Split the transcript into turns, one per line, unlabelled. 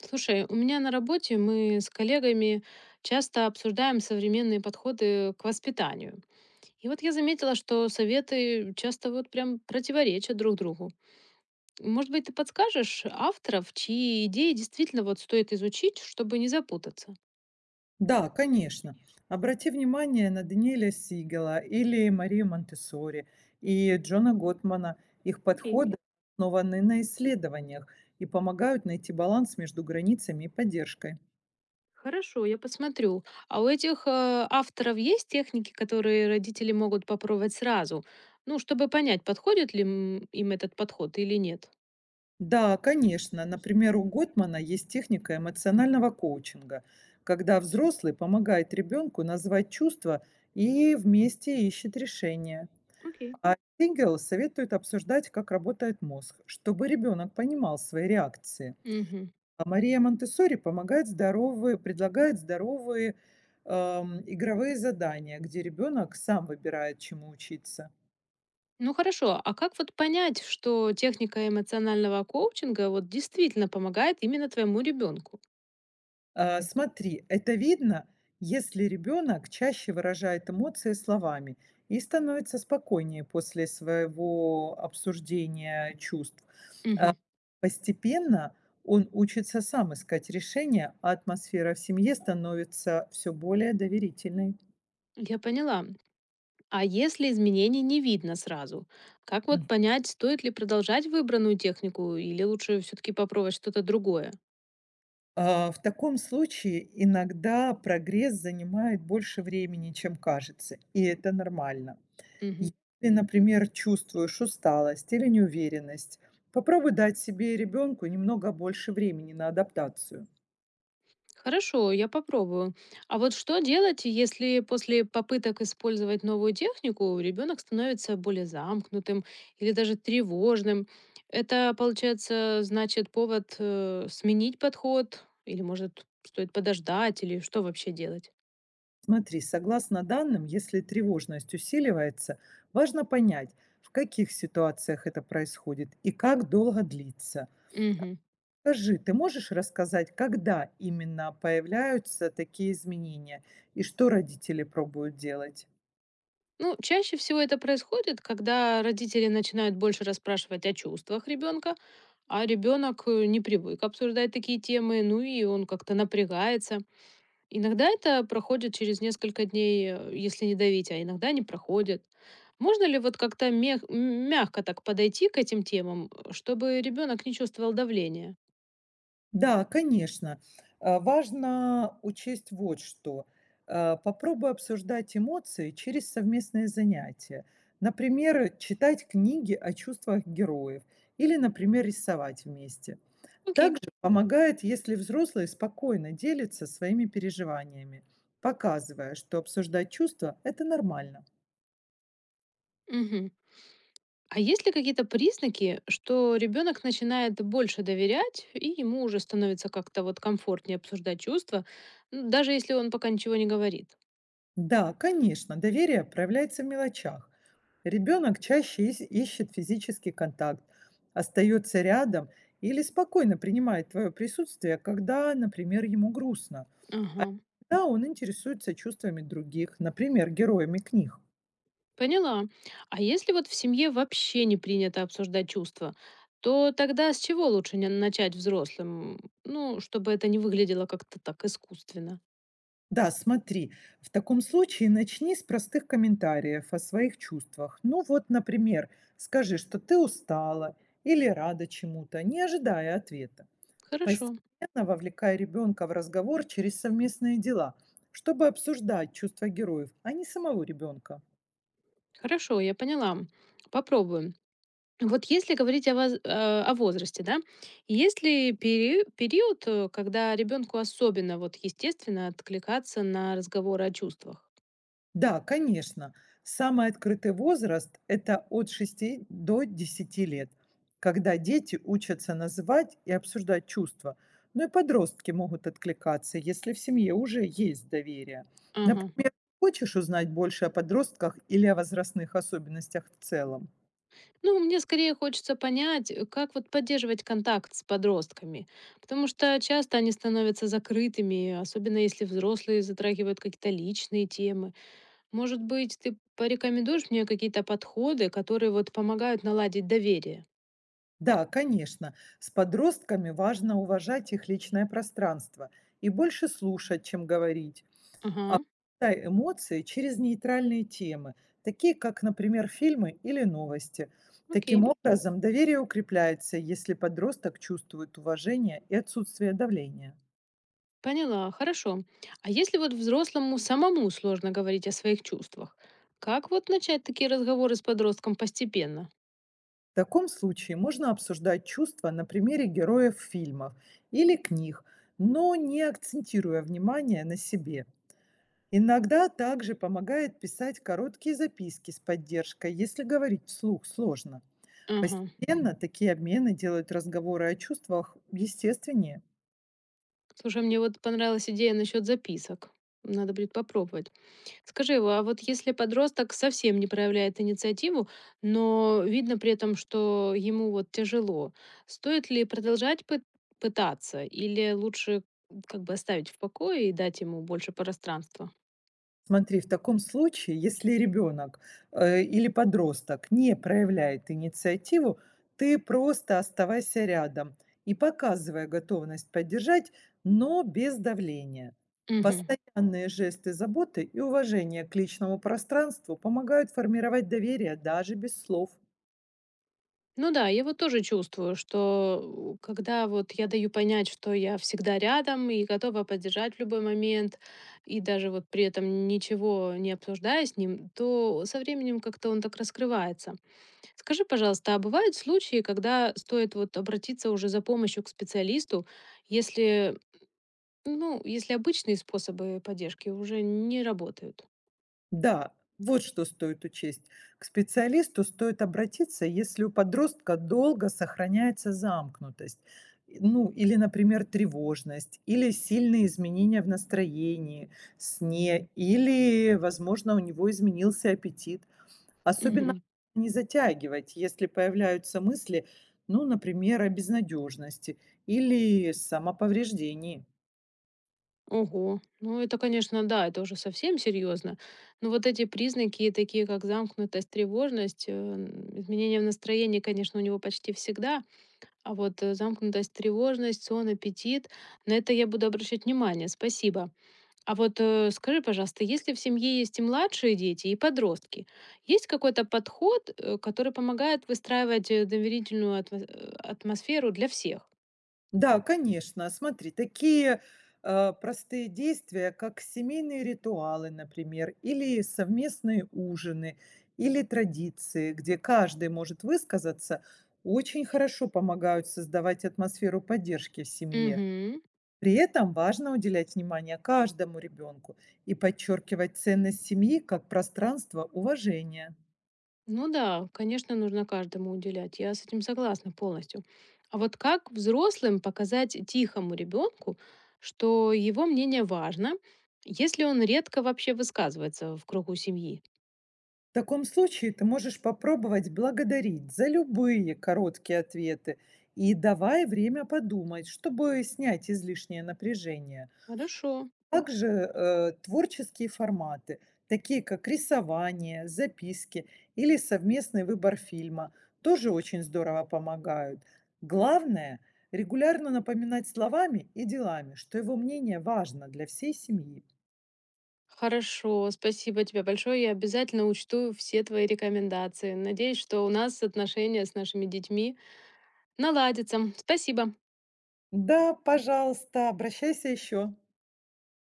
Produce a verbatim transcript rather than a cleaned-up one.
Слушай, у меня на работе мы с коллегами часто обсуждаем современные подходы к воспитанию. И вот я заметила, что советы часто вот прям противоречат друг другу. Может быть, ты подскажешь авторов, чьи идеи действительно вот стоит изучить, чтобы не запутаться?
Да, конечно.
Конечно.
Обрати внимание на Даниэля Сигела или Марию Монтессори и Джона Готмана. Их
Окей.
подходы основаны на исследованиях и помогают найти баланс между границами и поддержкой.
Хорошо, я посмотрю. А у этих э, авторов есть техники, которые родители могут попробовать сразу? Ну, чтобы понять, подходит ли м, им этот подход или нет.
Да, конечно. Например, у Готмана есть техника эмоционального коучинга, когда взрослый помогает ребенку назвать чувства и вместе ищет решение.
Окей.
А Сигел советует обсуждать, как работает мозг, чтобы ребенок понимал свои реакции.
Мгм.
А Мария Монтессори помогает здоровые предлагает здоровые, эм, игровые задания, где ребенок сам выбирает, чему учиться.
Ну хорошо, а как вот понять, что техника эмоционального коучинга вот действительно помогает именно твоему ребенку?
А, смотри, это видно, если ребенок чаще выражает эмоции словами и становится спокойнее после своего обсуждения чувств. А,
Мгм.
постепенно он учится сам искать решения, а атмосфера в семье становится все более доверительной.
Я поняла. А если изменений не видно сразу, как вот понять, стоит ли продолжать выбранную технику или лучше все-таки попробовать что-то другое?
А, в таком случае иногда прогресс занимает больше времени, чем кажется, и это нормально.
Мгм.
Если, например, чувствуешь усталость или неуверенность, попробуй дать себе и ребенку немного больше времени на адаптацию.
Хорошо, я попробую. А вот что делать, если после попыток использовать новую технику ребенок становится более замкнутым или даже тревожным? Это, получается, значит повод э, сменить подход? Или, может, стоит подождать? Или что вообще делать?
Смотри, согласно данным, если тревожность усиливается, важно понять, в каких ситуациях это происходит и как долго длится.
Мгм.
Скажи, ты можешь рассказать, когда именно появляются такие изменения и что родители пробуют делать?
Ну, чаще всего это происходит, когда родители начинают больше расспрашивать о чувствах ребенка, а ребенок э, не привык обсуждать такие темы, ну и он как-то напрягается. Иногда это проходит через несколько дней, э, если не давить, а иногда не проходит. Можно ли вот как-то мех- м, мягко так подойти к этим темам, э, чтобы ребенок не чувствовал давления?
Да, конечно. А, важно учесть вот что. А, попробуй обсуждать эмоции через совместные занятия. Например, читать книги о чувствах героев или, например, рисовать вместе.
Окей.
Также помогает, если взрослые спокойно делятся своими переживаниями, показывая, что обсуждать чувства– это нормально.
Мгм. А есть ли какие-то признаки, что ребенок начинает больше доверять, и ему уже становится как-то вот комфортнее обсуждать чувства, ну, даже если он пока ничего не говорит?
Да, конечно, доверие проявляется в мелочах. Ребенок чаще ис- ищет физический контакт, остается рядом или спокойно принимает твое присутствие, когда, например, ему грустно. А
Ага.
иногда он интересуется чувствами других, например, героями книг.
Поняла. А если вот в семье вообще не принято обсуждать чувства, то тогда с чего лучше не- начать взрослым? Ну, чтобы это не выглядело как-то так искусственно.
Да, смотри, в таком случае начни с простых комментариев о своих чувствах. Ну вот, например, скажи, что ты устала или рада чему-то, не ожидая ответа.
Хорошо,
Постепенно вовлекая ребенка в разговор через совместные дела, чтобы обсуждать чувства героев, а не самого ребенка.
хорошо, я поняла. Попробуем. Вот если говорить о, воз- э, о возрасте, да, есть ли пери- период, э, когда ребенку особенно вот естественно откликаться на разговоры о чувствах?
Да, конечно, самый открытый возраст– это от шести до десяти лет, когда дети учатся называть и обсуждать чувства, но и подростки могут откликаться, если в семье уже есть доверие.
Ага.
Например, хочешь узнать больше о подростках или о возрастных особенностях в целом?
Ну, мне скорее хочется понять, э, как вот поддерживать контакт с подростками, потому что часто они становятся закрытыми, особенно если взрослые затрагивают какие-то личные темы. Может быть, ты порекомендуешь мне какие-то подходы, которые вот помогают наладить доверие?
Да, конечно. С подростками важно уважать их личное пространство и больше слушать, чем говорить. А
Ага,
пускай эмоции через нейтральные темы, такие как, например, фильмы или новости. Таким
окей.
образом, доверие укрепляется, если подросток чувствует уважение и отсутствие давления.
Поняла, хорошо. А если вот взрослому самому сложно говорить о своих чувствах, как вот начать такие разговоры с подростком постепенно?
В таком случае можно обсуждать чувства на примере героев фильмов или книг, но не акцентируя внимание на себе. Иногда также помогает писать короткие записки с поддержкой, если говорить вслух сложно.
Ага.
Постепенно такие обмены делают разговоры о чувствах естественнее.
Слушай, мне вот понравилась идея насчет записок. Надо будет попробовать. Скажи, а а вот если подросток совсем не проявляет инициативу, но видно при этом, что ему вот тяжело, стоит ли продолжать пы- пытаться или лучше как бы оставить в покое и дать ему больше пространства?
Смотри, в таком случае, если ребенок э, или подросток не проявляет инициативу, ты просто оставайся рядом и показывая готовность поддержать, но без давления.
Мгм.
Постоянные жесты заботы и уважение к личному пространству помогают формировать доверие даже без слов.
Ну да, я вот тоже чувствую, что, э, когда вот я даю понять, что я всегда рядом и готова поддержать в любой момент, и даже вот при этом ничего не обсуждая с ним, то со временем как-то он так раскрывается. Скажи, пожалуйста, а бывают случаи, когда стоит вот обратиться уже за помощью к специалисту, если, ну, если обычные способы поддержки уже не работают?
Да, вот что стоит учесть. К специалисту стоит обратиться, если у подростка долго сохраняется замкнутость, и- ну или, например, тревожность, или сильные изменения в настроении, сне, или, возможно, у него изменился аппетит. Особенно не затягивать, если появляются мысли, ну, например, о безнадежности или самоповреждении.
Ого, ну это, конечно, да, это уже совсем серьезно. Но вот эти признаки, такие как замкнутость, тревожность, э, м, изменения в настроении, конечно, у него почти всегда. А вот э, замкнутость, тревожность, сон, аппетит, на это я буду обращать внимание, спасибо. А вот э, скажи, пожалуйста, если в семье есть и младшие дети, и подростки, есть какой-то подход, э, который помогает выстраивать э, доверительную атмо- э, атмосферу для всех?
Да, конечно. Смотри, такие, э, простые действия, как семейные ритуалы, например, или совместные ужины, или традиции, где каждый может высказаться, очень хорошо помогают создавать атмосферу поддержки в семье.
Угу.
При этом важно уделять внимание каждому ребенку и подчеркивать ценность семьи как пространство уважения.
Ну да, конечно, нужно каждому уделять. Я с этим согласна полностью. А вот как взрослым показать тихому ребенку, что его мнение важно, если он редко вообще высказывается в кругу семьи?
В таком случае ты можешь попробовать благодарить за любые короткие ответы и давай время подумать, чтобы снять излишнее напряжение.
Хорошо.
Также э, творческие форматы, такие как рисование, записки или совместный выбор фильма, тоже очень здорово помогают. Главное– регулярно напоминать словами и делами, что его мнение важно для всей семьи.
Хорошо, спасибо тебе большое. Я обязательно учту все твои рекомендации. Надеюсь, что у нас отношения с нашими детьми наладятся. Спасибо.
Да, пожалуйста, обращайся еще.